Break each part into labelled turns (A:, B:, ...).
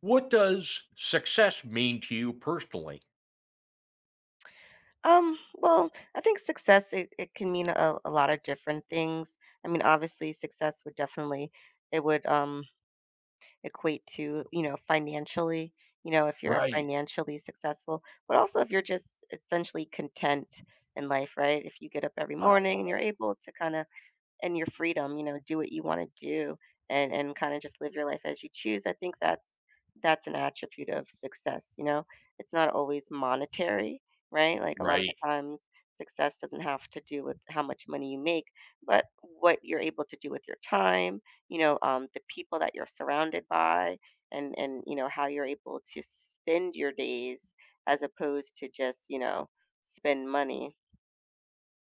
A: What does success mean to you personally?
B: Well, I think success it can mean a lot of different things. I mean, obviously success would definitely, it would equate to, you know, financially. You know, if you're
A: Right.
B: financially successful, but also if you're just essentially content in life, right? If you get up every morning and you're
A: Oh.
B: able to kind of and your freedom, you know, do what you want to do and kind of just live your life as you choose. I think that's an attribute of success, you know. It's not always monetary, right? Like a lot of the
A: Right,
B: times success doesn't have to do with how much money you make, but what you're able to do with your time, you know, the people that you're surrounded by and you know how you're able to spend your days as opposed to just, you know, spend money.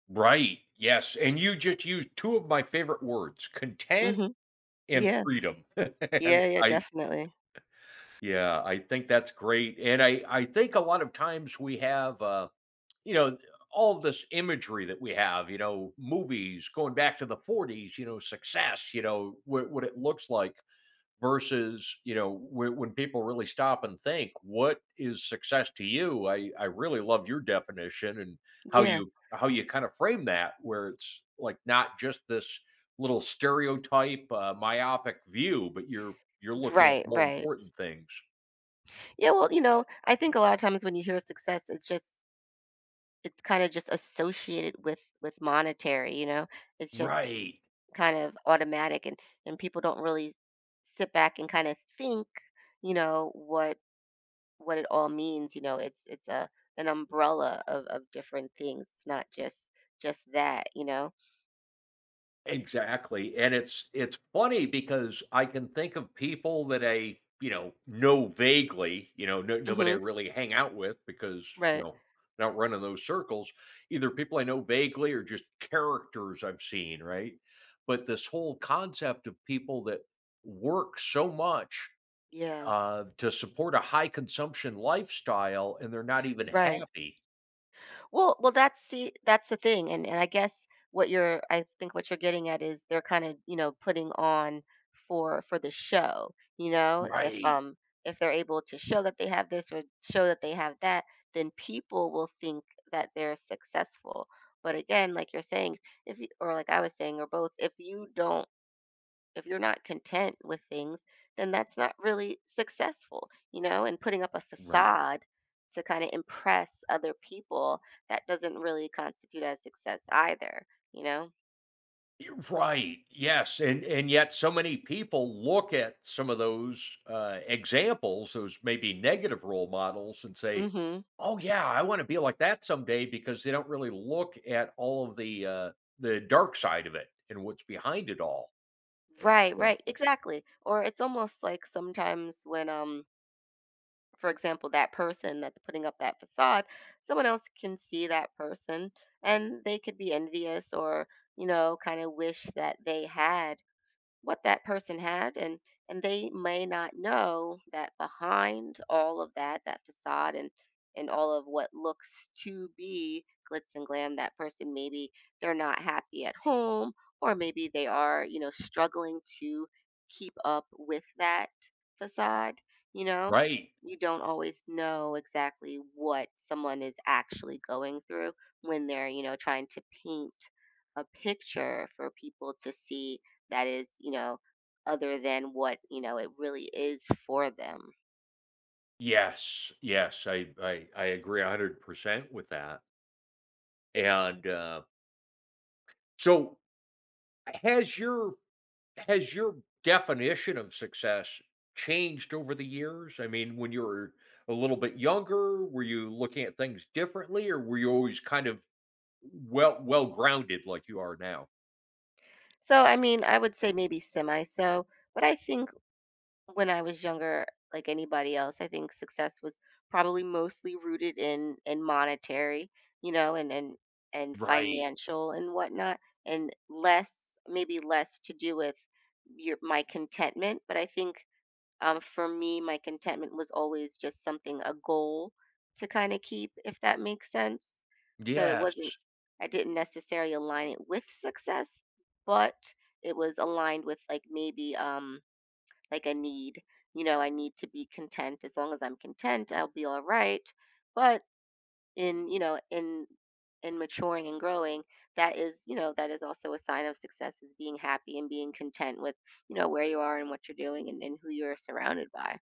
A: right, yes, and you just used 2 of my favorite words, content
B: Mhm.
A: and
B: Yeah.
A: freedom, and
B: Yeah, yeah,
A: I
B: definitely.
A: yeah, I think that's great, and I think a lot of times we have, you know, all of this imagery that we have, movies going back to the ‘'40s, you know, success, what it looks like. Versus when people really stop and think what is success to you. I really love your definition and
B: Yeah.
A: how you kind of frame that where it's like not just this little stereotype myopic view, but you're looking at
B: Right,
A: more
B: right.
A: important things.
B: Yeah, well, you know, I think a lot of times when you hear success, it's kind of just associated with monetary, you know. It's just
A: Right.
B: kind of automatic and people don't really sit back and kind of think, you know, what it all means, you know. It's a an umbrella of different things. It's not just that, you know.
A: Exactly, and it's funny because I can think of people that I, you know vaguely, you know, no nobody I
B: Mhm.
A: really hang out with because, you
B: Right.
A: know, not running those circles, either people I know vaguely or just characters I've seen, right? But this whole concept of people that work so much,
B: Yeah.
A: to support a high consumption lifestyle and they're not even
B: Right.
A: happy.
B: Well, that's, see, that's the thing, and I guess what you're, I think what you're getting at is they're kind of, you know, putting on for the show, you know? If,
A: Right,
B: um, if they're able to show that they have this or show that they have that, then people will think that they're successful. But again, like you're saying, if you, or like I was saying, or both, if you don't, if you're not content with things, then that's not really successful, you know, and putting up a
A: right.
B: facade to kind of impress other people, that doesn't really constitute as success either, you know?
A: Right. Yes, and yet so many people look at some of those, examples, those maybe negative role models and say,
B: Mhm.
A: "Oh, yeah, I wanna be like that someday," because they don't really look at all of the dark side of it and what's behind it all. Eh.
B: Right,
A: Yeah.
B: right. Exactly. Or it's almost like sometimes when, for example, that person that's putting up that facade, someone else can see that person and they could be envious, or, you know, kind of wish that they had what that person had, and they may not know that behind all of that facade and all of what looks to be glitz and glam, that person maybe they're not happy at home, or maybe they are, you know, struggling to keep up with that facade, you know.
A: Right.
B: You don't always know exactly what someone is actually going through when they're, you know, trying to paint a picture for people to see that is, you know, other than what, you know, it really is for them.
A: Yes, yes, I agree 100% with that, and, so has your has your definition of success changed over the years? I mean, when you were a little bit younger, were you looking at things differently or were you always kind of well grounded like you are now?
B: So, I mean, I would say maybe semi so, but I think when I was younger, like anybody else, I think success was probably mostly rooted in monetary, you know, and and
A: Right.
B: financial and whatnot, and less, maybe less to do with your, my contentment. But I think, for me, my contentment was always just something, a goal to kind of keep, if that makes sense. So it wasn't,
A: Yes.
B: I didn't necessarily align it with success, but it was aligned with like maybe like a need. You know, I need to be content. As long as I'm content, I'll be all right. But in, you know, in maturing and growing, that is, you know, that is also a sign of success, is being happy and being content with, you know, where you are and what you're doing, and, who you're surrounded by.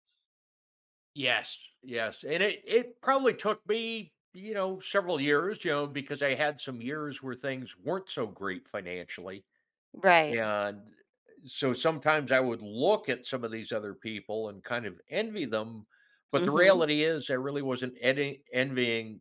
A: Yes. Yes, and it probably took me, you know, several years, you know, because I had some years where things weren't so great financially,
B: Right.
A: and so sometimes I would look at some of these other people and kind of envy them, but the
B: Mhm.
A: reality is I really wasn't envying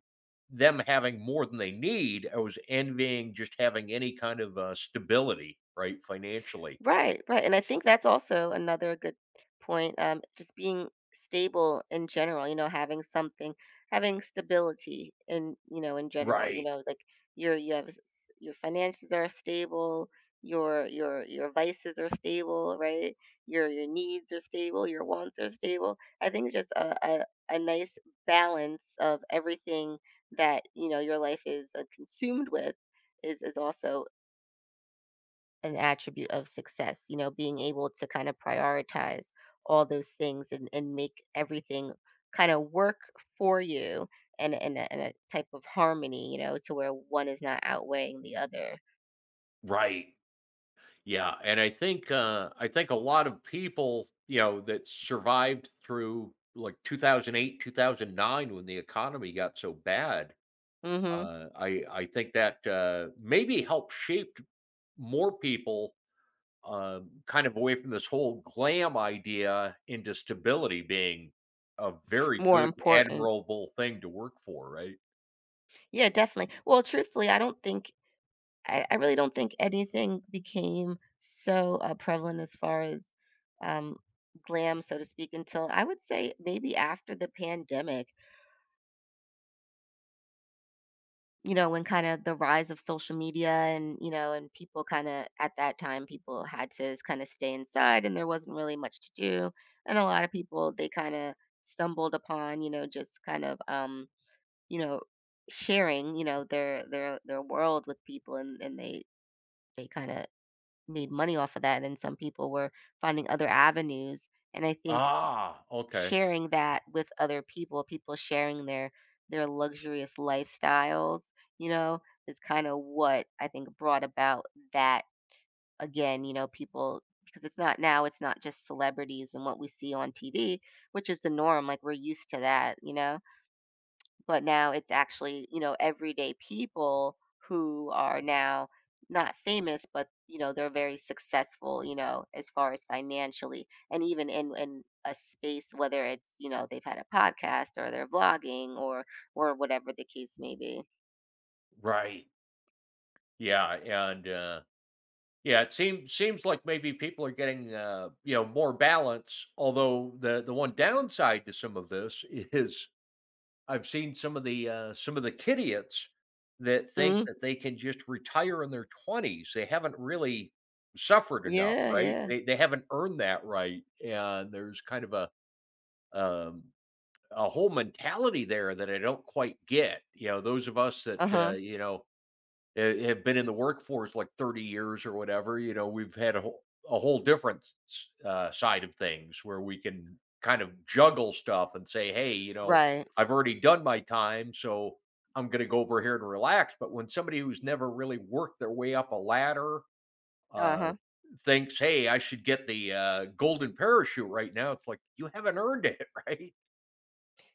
A: them having more than they need. I was envying just having any kind of stability, right, financially.
B: Right, right, and I think that's also another good point, just being stable in general, you know, having something, having stability in, you know, in general, you
A: Right,
B: know, like your, you have s-, your finances are stable, your your vices are stable, right? Your needs are stable, your wants are stable. I think it's just a nice balance of everything that, you know, your life is consumed with, is also an attribute of success, you know, being able to kind of prioritize all those things, and, make everything kind of work for you, and in a type of harmony, you know, to where one is not outweighing the other.
A: right. Yeah, and I think a lot of people, you know, that survived through like 2008, 2009 when the economy got so bad,
B: Hmm.
A: I think that maybe helped shape more people kind of away from this whole glam idea into stability being a very
B: More
A: good,
B: important.
A: admirable thing to work for, right?
B: Yeah, definitely. Well, truthfully, I really don't think anything became so prevalent as far as um, glam, so to speak, until I would say maybe after the pandemic, you know, when kind of the rise of social media, and, you know, and people kind of, at that time, people had to kind of stay inside and there wasn't really much to do. And a lot of people, they kind of stumbled upon, you know, just kind of, you know, sharing, you know, their world with people, and they kind of made money off of that. And then some people were finding other avenues. And I think
A: Ah, okay,
B: sharing that with other people, people sharing their luxurious lifestyles, you know, is kind of what I think brought about that, again, you know, people, because it's not, now it's not just celebrities and what we see on TV, which is the norm, like we're used to that, you know, but now it's actually, you know, everyday people who are now not famous, but you know they're very successful, you know, as far as financially, and even in a space, whether it's, you know, they've had a podcast or they're vlogging, or whatever the case may be.
A: right, yeah, and yeah, it seems like maybe people are getting you know, more balance. Although the one downside to some of this is I've seen some of the kidiots that think
B: Hmm.
A: that they can just retire in their 20s. They haven't really suffered enough,
B: Yeah.
A: right?
B: Yeah.
A: They haven't earned that right, and there's kind of um, a whole mentality there that I don't quite get. You know, those of us that,
B: Uh-huh.
A: you know, have been in the workforce like 30 years or whatever, you know, we've had a whole different side of things where we can kind of juggle stuff and say, hey, you know,
B: Right.
A: I've already done my time, so I'm going to go over here and relax. But when somebody who's never really worked their way up a ladder uh,
B: Uh-huh.
A: thinks, hey, I should get the golden parachute right now, it's like, you haven't earned it, right?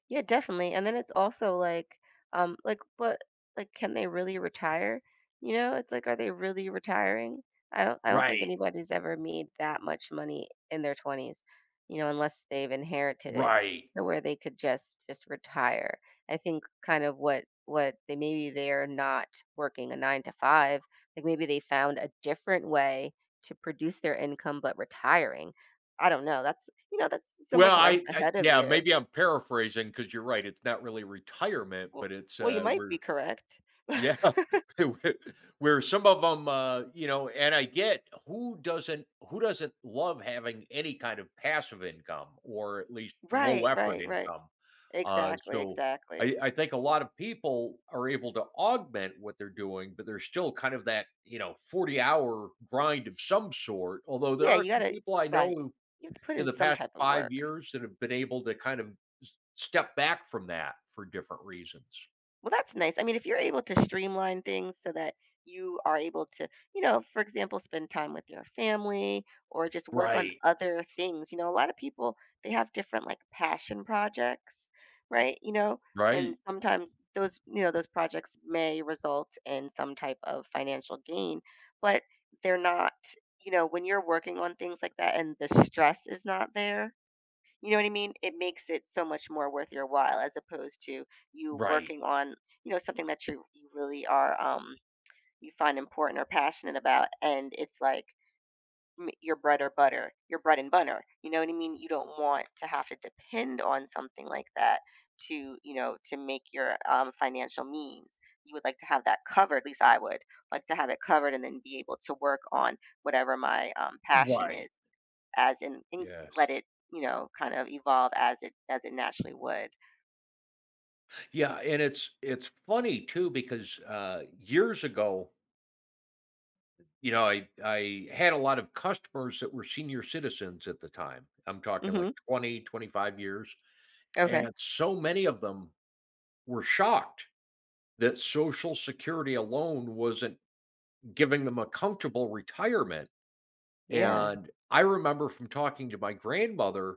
B: Yeah, definitely. And then it's also like what, like can they really retire? You know, it's like, are they really retiring? I don't think
A: Right,
B: anybody's ever made that much money in their twenties, you know, unless they've inherited it
A: right.
B: to where they could just retire. I think kind of what, they, maybe they're not working a nine to five, like maybe they found a different way to produce their income, but retiring, I don't know. That's, you know, that's so
A: Well,
B: much life
A: I
B: ahead of
A: yeah,
B: you.
A: maybe I'm paraphrasing because 'cause you're right, it's not really retirement,
B: Well
A: but it's,
B: well, you might be
A: we're
B: correct.
A: yeah, where where some of them you know, and I get who doesn't love having any kind of passive income or at least low
B: Right,
A: effort
B: right, right.
A: income? Uh,
B: Exactly,
A: so
B: exactly.
A: I think a lot of people are able to augment what they're doing, but there's still kind of that, you know, 40-hour grind of some sort, although there
B: Yeah,
A: are
B: you
A: some
B: gotta,
A: people I know
B: right.
A: who
B: You have to put
A: in
B: in
A: the
B: some
A: past
B: type of
A: 5
B: work.
A: years that have been able to kind of s step back from that for different reasons.
B: Well, that's nice. I mean, if you're able to streamline things so that you are able to, you know, for example, spend time with your family or just work on
A: Right.
B: other things. You know, a lot of people, they have different like passion projects, right? You know, and
A: Right.
B: sometimes those, you know, those projects may result in some type of financial gain, but they're not, you know, when you're working on things like that and the stress is not there, you know what I mean? It makes it so much more worth your while as opposed to you
A: Right.
B: working on, you know, something that you really are you find important or passionate about, and it's like, your bread or butter, your bread and butter. You know what I mean? You don't want to have to depend on something like that to, you know, to make your financial means. You would like to have that covered, at least I would like to have it covered, and then be able to work on whatever my passion
A: Right.
B: is, as in, and let
A: Yes.
B: it, you know, kind of evolve as it naturally would.
A: Yeah, and it's funny too because, years ago, you know, I had a lot of customers that were senior citizens at the time. I'm talking like
B: Mhm.
A: 25 years,
B: Okay.
A: and so many of them were shocked that Social Security alone wasn't giving them a comfortable retirement.
B: Yeah.
A: And I remember from talking to my grandmother,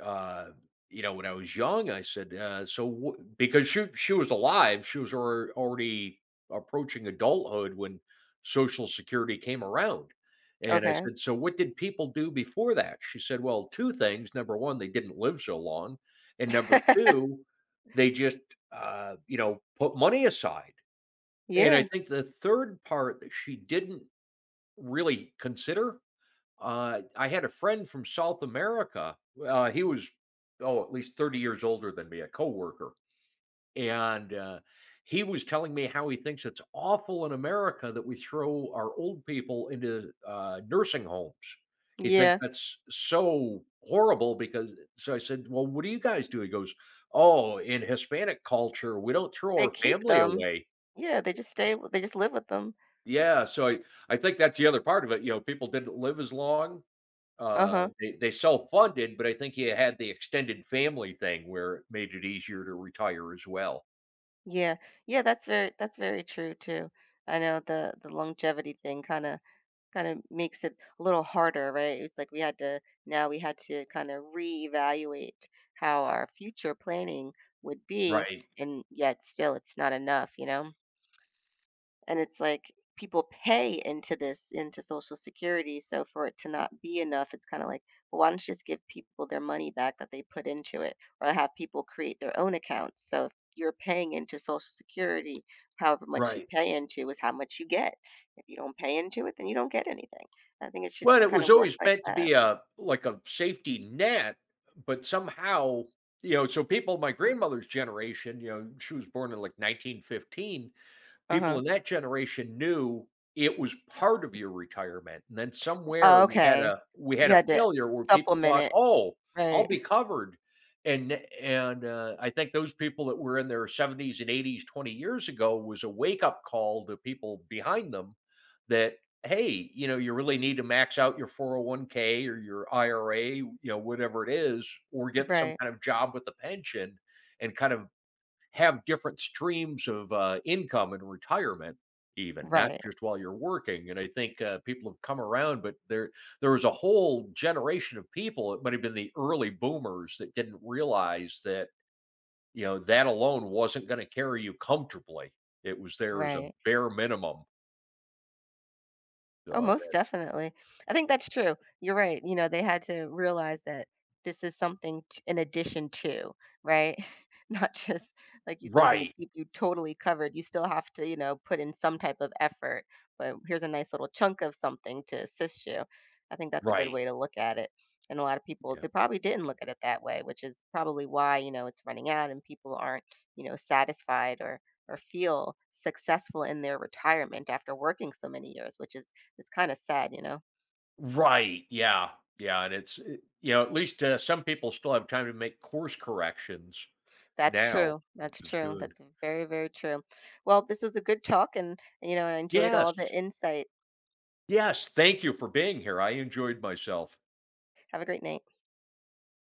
A: uh, you know, when I was young, I said, "So," because she was alive, she was already approaching adulthood when Social Security came around, and I
B: Okay.
A: said, "So, what did people do before that?" She said, "Well, two things. Number one, they didn't live so long, and number two, they just, you know, put money aside." And I
B: Yeah.
A: think the third part that she didn't really consider I had a friend from South America, uh, he was, oh, at least 30 years older than me, a coworker, and, he was telling me how he thinks it's awful in America that we throw our old people into, nursing homes. He thinks
B: Yeah.
A: that's so horrible because so I said, "Well, what do you guys do?" He goes, "Oh, in Hispanic culture, we don't throw
B: They
A: our
B: keep
A: family
B: them.
A: away."
B: Yeah, they just stay with, they just live with them.
A: Yeah, so I think that's the other part of it, you know, people didn't live as long.
B: Uh-huh.
A: They self-funded, but I think you had the extended family thing where it made it easier to retire as well.
B: Yeah. Yeah, that's very, that's very true too. I know the longevity thing kinda makes it a little harder, right? It's like we had to, now we had to kind of reevaluate how our future planning would be,
A: Right,
B: and yet still it's not enough, you know? And it's like people pay into this, into Social Security, so for it to not be enough, it's kind of like, well, why don't you just give people their money back that they put into it, or have people create their own accounts, so if you're paying into Social Security, however much you
A: right.
B: pay into is how much you get. If you don't pay into it, then you don't get anything. I think it should
A: Well, it
B: kind of
A: was
B: work
A: always
B: like
A: meant to
B: that.
A: be a like a safety net, but somehow, you know, so people my grandmother's generation, you know, she was born in like 1915. People
B: Uh-huh.
A: in that generation knew it was part of your retirement, and then somewhere
B: Oh,
A: we had
B: okay.
A: a
B: You had to
A: failure where people
B: supplement
A: thought,
B: it,
A: "Oh, I'll
B: right.
A: be covered." And I think those people that were in their 70s and 80s 20 years ago was a wake-up call to people behind them that, "Hey, you know, you really need to max out your 401k or your IRA, you know, whatever it is, or get some
B: Right.
A: kind of job with a pension and kind of have different streams of income and retirement even, not
B: Right,
A: just while you're working. And I think people have come around, but there was a whole generation of people. It might have been the early boomers that didn't realize that you know, that alone wasn't going to carry you comfortably. It was there as a
B: right.
A: bare minimum,
B: Oh, most
A: that's
B: definitely. I think that's true. You're right. You know, they had to realize that this is something, in addition to, right? Not just, like you said, going to
A: right.
B: keep you totally covered. You still have to, you know, put in some type of effort, but here's a nice little chunk of something to assist you. I think that's a good
A: Right.
B: way to look at it. And a lot of people,
A: Yeah.
B: they probably didn't look at it that way, which is probably why, you know, it's running out and people aren't, you know, satisfied or feel successful in their retirement after working so many years, which is, it's kind of sad, you know.
A: Right. Yeah, yeah, and it's you know, at least some people still have time to make course corrections
B: That's
A: now,
B: true.
A: which
B: That's
A: is
B: true.
A: good.
B: That's very, very true. Well, this was a good talk and, you know, I enjoyed all
A: Yes.
B: the insight.
A: Yes, thank you for being here. I enjoyed myself.
B: Have a great night.